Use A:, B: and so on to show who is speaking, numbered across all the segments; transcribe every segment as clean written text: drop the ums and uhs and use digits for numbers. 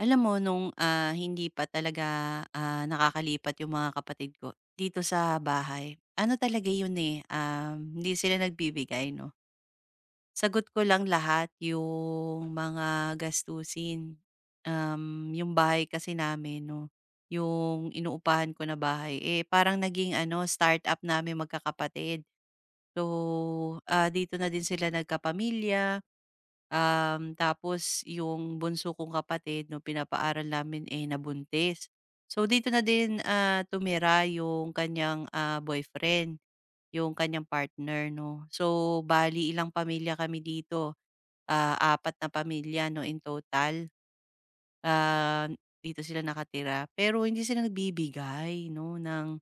A: Alam mo nung, hindi pa talaga, nakakalipat yung mga kapatid ko dito sa bahay, ano talaga yun, eh, hindi sila nagbibigay 'no. Sagot ko lang lahat yung mga gastusin. Yung bahay kasi namin 'no, yung inuupahan ko na bahay, eh, parang naging ano startup namin magkakapatid. So, dito na din sila nagkapamilya. Tapos yung bunso kong kapatid 'no, pinapaaral namin, eh, nabuntis. So, dito na din, tumira yung kanyang, boyfriend, yung kanyang partner 'no. So, bali ilang pamilya kami dito, 4 na pamilya 'no in total, ah, dito sila nakatira. Pero hindi sila nagbibigay 'no ng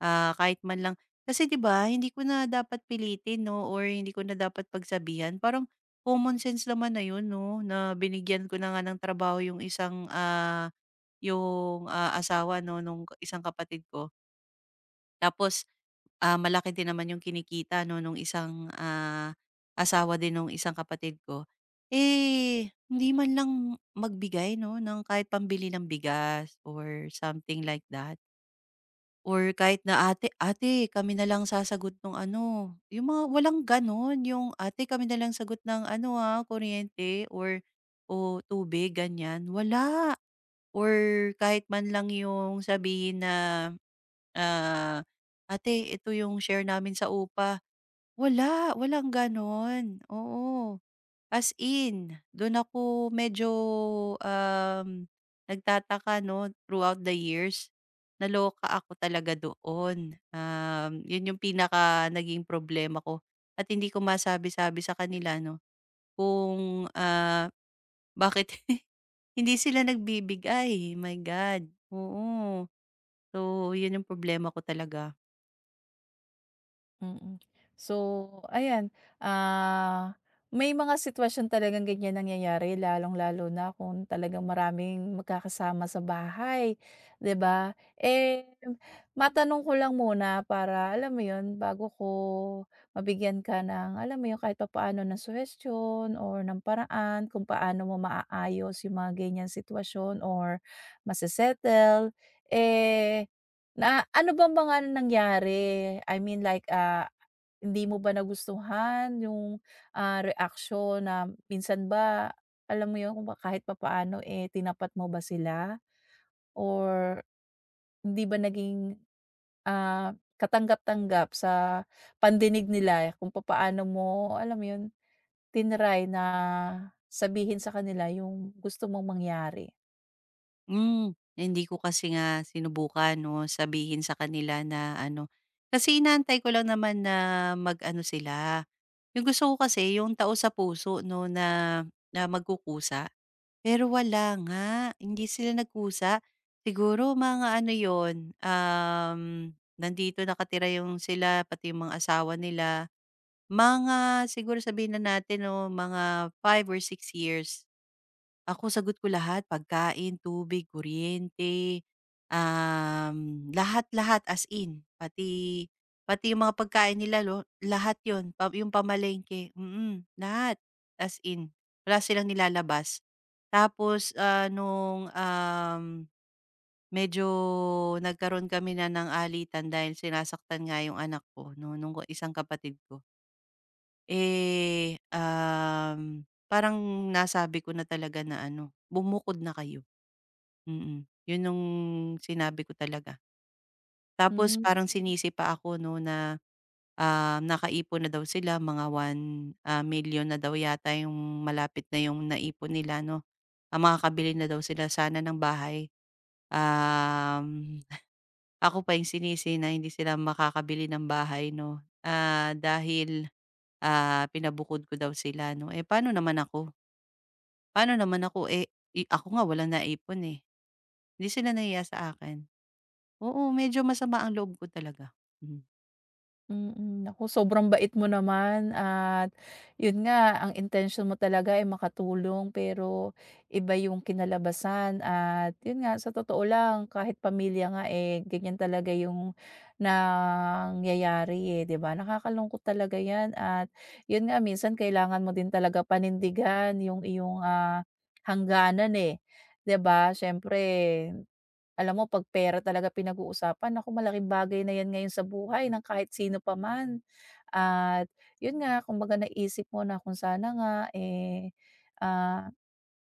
A: Kahit man lang kasi 'di ba hindi ko na dapat pilitin 'no or hindi ko na dapat pagsabihan. Parang common sense naman na 'yun 'no, na binigyan ko na nga ng trabaho yung isang, yung, asawa 'no nung isang kapatid ko. Tapos, malaki din naman yung kinikita 'no nung isang, asawa din nung isang kapatid ko. Eh, hindi man lang magbigay 'no ng kahit pambili ng bigas or something like that. Or kahit na, "Ate ate kami na lang sasagot ng ano." Yung mga walang gano'n, yung, "Ate kami na lang sagot ng ano, kuryente o tubig." Ganyan, wala. Or kahit man lang yung sabihin na, ah, "Ate ito yung share namin sa upa." Wala, walang gano'n, oo. As in, do'n ako medyo, um, nagtataka 'no, throughout the years, naloka ako talaga doon. 'Yun yung pinaka naging problema ko at hindi ko masabi-sabi sa kanila 'no, kung, bakit hindi sila nagbibigay, my God, oo. So, 'yun yung problema ko talaga.
B: Mm. So, ayan, ah, may mga sitwasyon talagang ganyan nangyayari lalong-lalo na kung talagang maraming magkakasama sa bahay, 'di ba? Eh, matanong ko lang muna para alam mo 'yun, bago ko mabigyan ka ng alam mo 'yun, kahit papaano ng suhestiyon or ng paraan kung paano mo maaayos yung mga ganyang sitwasyon or mase eh, na ano bang mga nangyari? I mean like, hindi mo ba nagustuhan yung, reaksyon na minsan ba, alam mo yun, kung ba kahit papaano, eh, tinapat mo ba sila or hindi ba naging, ah, katanggap-tanggap sa pandinig nila kung papaano mo, alam mo yun, tinry na sabihin sa kanila yung gusto mong mangyari?
A: Hmm, hindi ko kasi nga sinubukan 'no, sabihin sa kanila na ano kasi inaantay ko lang naman na mag-ano sila. Yung gusto ko kasi yung tao sa puso 'no, na na magkukusa, pero wala nga, hindi sila nagkusa. Siguro mga ano yon nandito nakatira yung sila pati yung mga asawa nila, mga siguro sabihin na natin 'no, mga 5 or 6 years. Ako sagot ko lahat, pagkain, tubig, kuryente, lahat-lahat as in pati pati yung mga pagkain nila lahat yon, pa yung pamalengke, lahat as in wala silang nilalabas. Tapos, nung, medyo nagkaroon kami na ng alitan dahil sinasaktan nga yung anak ko no nung isang kapatid ko. Eh, parang nasabi ko na talaga na ano, "Bumukod na kayo." Yun yung sinabi ko talaga. Tapos
B: Hmm.
A: parang sinisi pa ako 'no na, nakaipon na daw sila mga one milyon na daw yata yung malapit na yung naipon nila 'no. Makakabili na daw sila sana ng bahay. Um, Ako pa yung sinisi na hindi sila makakabili ng bahay 'no, dahil, pinabukod ko daw sila 'no. Eh, paano naman ako? Paano naman ako, eh, ako nga walang naipon, eh. Hindi sila nahiya sa akin. Oo, medyo masama ang loob ko talaga. Hmm.
B: Mm, naku sobrang bait mo naman at yun nga ang intensyon mo talaga ay makatulong pero iba yung kinalabasan at yun nga sa totoo lang kahit pamilya nga, eh, ganyan talaga yung nangyayari, eh, 'di ba? Nakakalungkot talaga yan at yun nga minsan kailangan mo din talaga panindigan yung iyong, hangganan, eh, 'di ba? Siyempre alam mo 'pag pera talaga pinag-uusapan, ako malaking bagay na 'yan ngayon sa buhay ng kahit sino pa man. At 'yun nga, kumbaga naisip mo na kung sana nga, eh, ah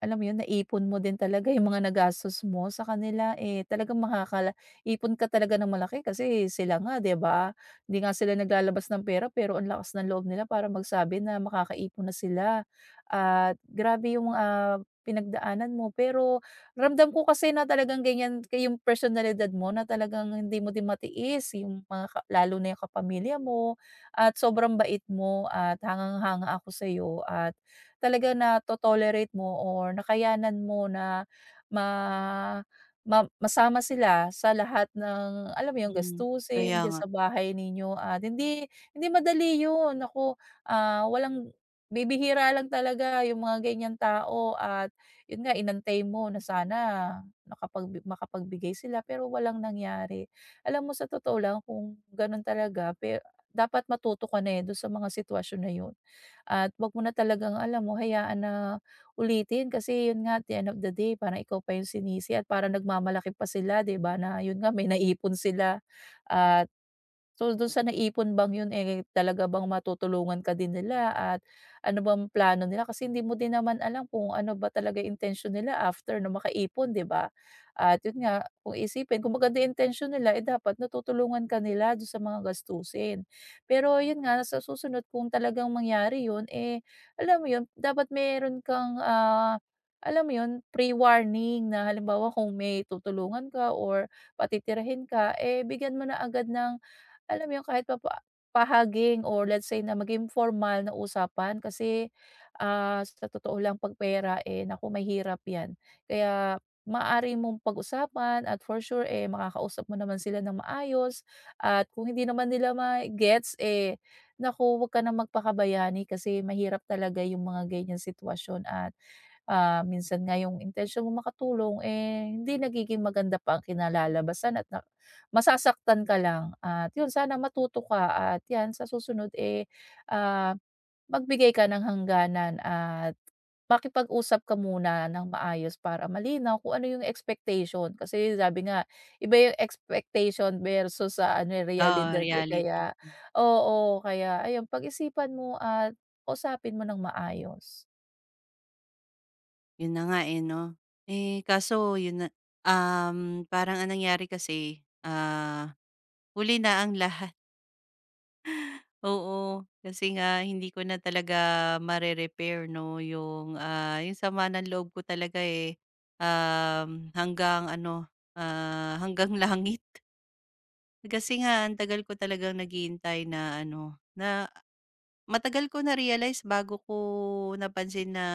B: alam mo yun, naipon mo din talaga yung mga nagastos mo sa kanila, eh, talagang makakala ipon ka talaga ng malaki kasi sila nga 'di ba, hindi nga sila naglalabas ng pera pero ang lakas ng loob nila para magsabi na makakaipon na sila. At grabe yung, pinagdaanan mo pero ramdam ko kasi na talagang ganyan ka yung personalidad mo na talagang hindi mo din matiis yung mga ka lalo na yung kapamilya mo at sobrang bait mo at hangang-hanga ako sa'yo at talaga na to tolerate mo or nakayanan mo na ma ma masama sila sa lahat ng alam mo 'yun,
A: Hmm, kaya
B: gastusin diyan
A: nga.
B: sa bahay ninyo at hindi hindi madali 'yun, naku, walang bibihira lang talaga yung mga ganiyang tao at 'yun nga inantay mo na sana nakapag makapagbigay sila pero walang nangyari. Alam mo sa totoo lang kung gano'n talaga pero dapat matuto ka na, eh, do'n sa mga sitwasyon na 'yun. At wag mo na talagang alam mo hayaan na ulitin kasi yun nga at the end of the day parang ikaw pa yung sinisi at parang nagmamalaki pa sila 'di ba na yun nga may naipon sila at So, dun sa naipon bang yun, eh, talaga bang matutulungan ka din nila at ano bang plano nila? Kasi hindi mo din naman alam kung ano ba talaga yung intention nila after na makaipon, 'di ba? At yun nga, kung iisipin, kung maganda yung intention nila, eh, dapat natutulungan ka nila dun sa mga gastusin. Pero yun nga, sa susunod kung talagang mangyari yun, eh, alam mo yun, dapat meron kang, alam mo yun, pre-warning na halimbawa kung may tutulungan ka or patitirahin ka, eh, bigyan mo na agad ng alam mo yun, kahit pa- pahaging or let's say na maging formal na usapan kasi, sa totoo lang pagpera eh, naku mahirap 'yan. Kaya maari mong pag-usapan at for sure, eh, makakausap mo naman sila ng maayos at kung hindi naman nila ma-gets, eh, naku 'wag ka ng magpakabayani kasi mahirap talaga yung mga ganiyang sitwasyon at minsan nga yung intensyon mo makatulong, eh, hindi nagiging maganda pa ang kinalalabasan at na masasaktan ka lang at yun sana matuto ka at yan sa susunod, eh, ah, magbigay ka ng hangganan at makipag-usap ka muna ng maayos para malinaw kung ano yung expectation. Kasi sabi nga, iba yung expectation versus sa ano, yung
A: Oo,
B: realidad, eh,
A: reality.
B: kaya oo, kaya ayun pag-isipan mo at kausapin mo ng maayos.
A: Yun na nga, eh, 'no? Eh, kaso yun na, parang anong nangyari kasi, huli na ang lahat. Oo, kasi nga hindi ko na talaga mare-repair 'no, yung sama ng loob ko talaga, eh, hanggang ano, hanggang langit. Kasi nga ang tagal ko talagang naghihintay na ano, na matagal ko na-realize bago ko napansin na,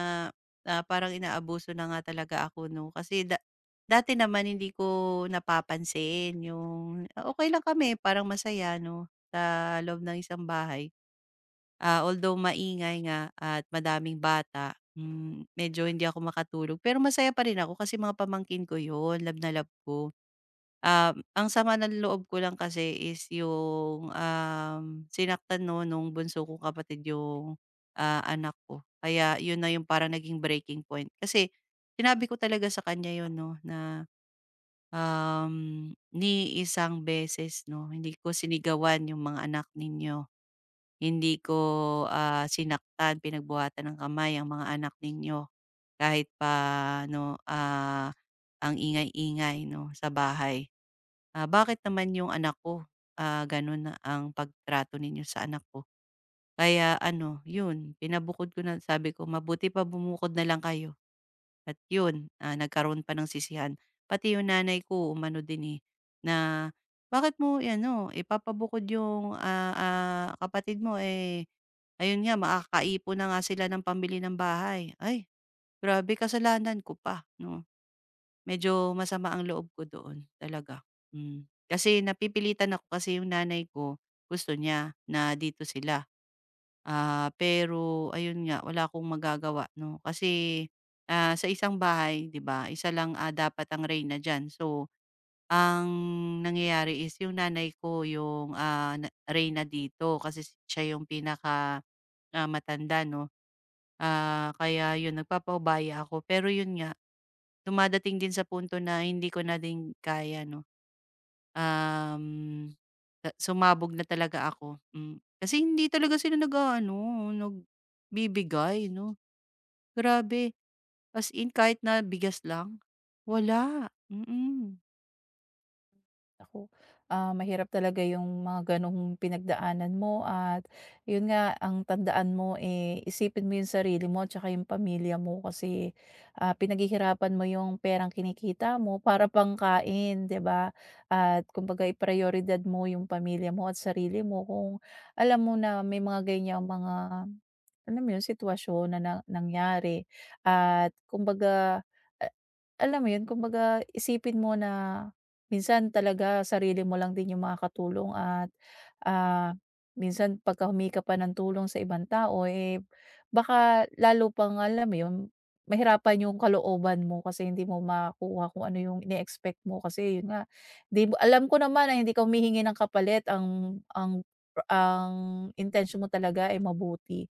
A: parang inaabuso na nga talaga ako 'no. Kasi dati naman hindi ko napapansin yung okay lang kami parang masaya 'no, sa loob ng isang bahay. Although maingay nga at madaming bata, medyo hindi ako makatulog pero masaya pa rin ako kasi mga pamangkin ko yon, lab na lab ko. Ang sama ng loob ko lang kasi is yung, sinaktan 'no nung bunso kong kapatid yung, anak ko. Kaya yun na yung parang naging breaking point. Kasi sinabi ko talaga sa kanya yun 'no na, "Ni isang beses 'no, hindi ko sinigawan yung mga anak ninyo. Hindi ko, sinaktan, pinagbuhatan ng kamay ang mga anak ninyo kahit pa ano, ang ingay-ingay 'no sa bahay." Bakit naman yung anak ko, ganun na ang pagtrato ninyo sa anak ko? Kaya ano, yun pinabukod ko na sabi ko, "Mabuti pa bumukod na lang kayo." At yun, nagkaroon pa ng sisihan. Pati yung nanay ko umano din, eh, na, "Bakit mo ano ipapabukod yung, kapatid mo, eh, ayun nga makakaipon na nga sila ng pambili ng bahay." Ay, grabe kasalanan ko pa, 'no? Medyo masama ang loob ko doon talaga, hmm. Kasi napipilitan ako kasi yung nanay ko gusto niya na dito sila, pero ayun nga wala akong magagawa 'no, kasi, sa isang bahay 'di ba isa lang, dapat ang reyna diyan. So, ang nangyayari is yung nanay ko yung, na reyna dito kasi siya yung pinaka, matanda 'no, kaya yun nagpapaubaya ako. Pero yun nga, dumadating din sa punto na hindi ko na din kaya 'no, um, sumabog na talaga ako, hmm. Kasi hindi talaga sila nag-aano, nagbibigay 'no, grabe. As in kahit na bigas lang, wala, mm.
B: Ako, mahirap talaga yung mga gano'ng pinagdaanan mo at yun nga, ang tandaan mo, eh, isipin mo yung sarili mo at saka yung pamilya mo kasi, pinaghihirapan mo yung perang kinikita mo para pangkain, 'di ba? At kumbaga iprioridad mo yung pamilya mo at sarili mo kung alam mo na may mga ganyang mga alam mo 'yun, sitwasyon na na nangyari at kumbaga, a alam mo 'yun, kumbaga isipin mo na minsan talaga sarili mo lang din yung makakatulong at, ah, minsan pagka humika pa ng tulong sa ibang tao, eh, baka lalo pang alam mo 'yun, mahirapan yung kalooban mo kasi hindi mo makuha kung ano yung ine-expect mo kasi 'yun nga, 'di mo alam ko naman na hindi ka humihingi ng kapalit ang intention mo talaga ay mabuti.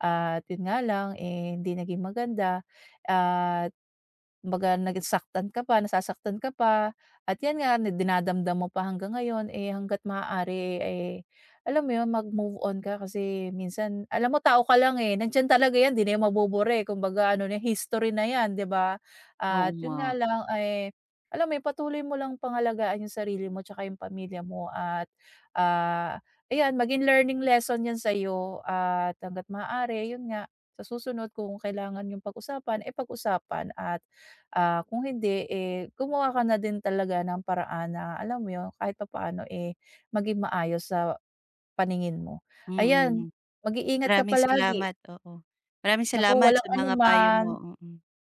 B: At yun nga lang, eh, hindi naging maganda. Kumbaga nagsaktan ka pa, nasasaktan ka pa at 'yan nga na dinadamdam mo pa hanggang ngayon, eh, hangga't maaari, eh, alam mo 'yun, mag-move on ka kasi minsan alam mo tao ka lang, eh, nandiyan talaga 'yan, 'di na 'yan mabubura, eh, kumbaga ano na history na 'yan, 'di ba?
A: Oo
B: At
A: nga,
B: 'yun nga lang, eh, alam mo 'yun, patuloy mo lang pangalagaan 'yung sarili mo tsaka 'yung pamilya mo at, ah, ayan maging learning lesson 'yan sa'yo at hangga't maaari 'yun nga, sa susunod kung kailangan 'yung pag-usapan, eh, pag-usapan at. Ah, kung hindi, eh, gumawa ka na din talaga ng paraan na alam mo 'yun, kahit papaano, eh, maging maayos sa paningin mo. Ayan,
A: mm.
B: mag-iingat ka
A: Maraming
B: palagi.
A: salamat, oo. Maraming
B: Naku,
A: salamat sa
B: walang
A: mga payo
B: anuman.
A: mo, mm.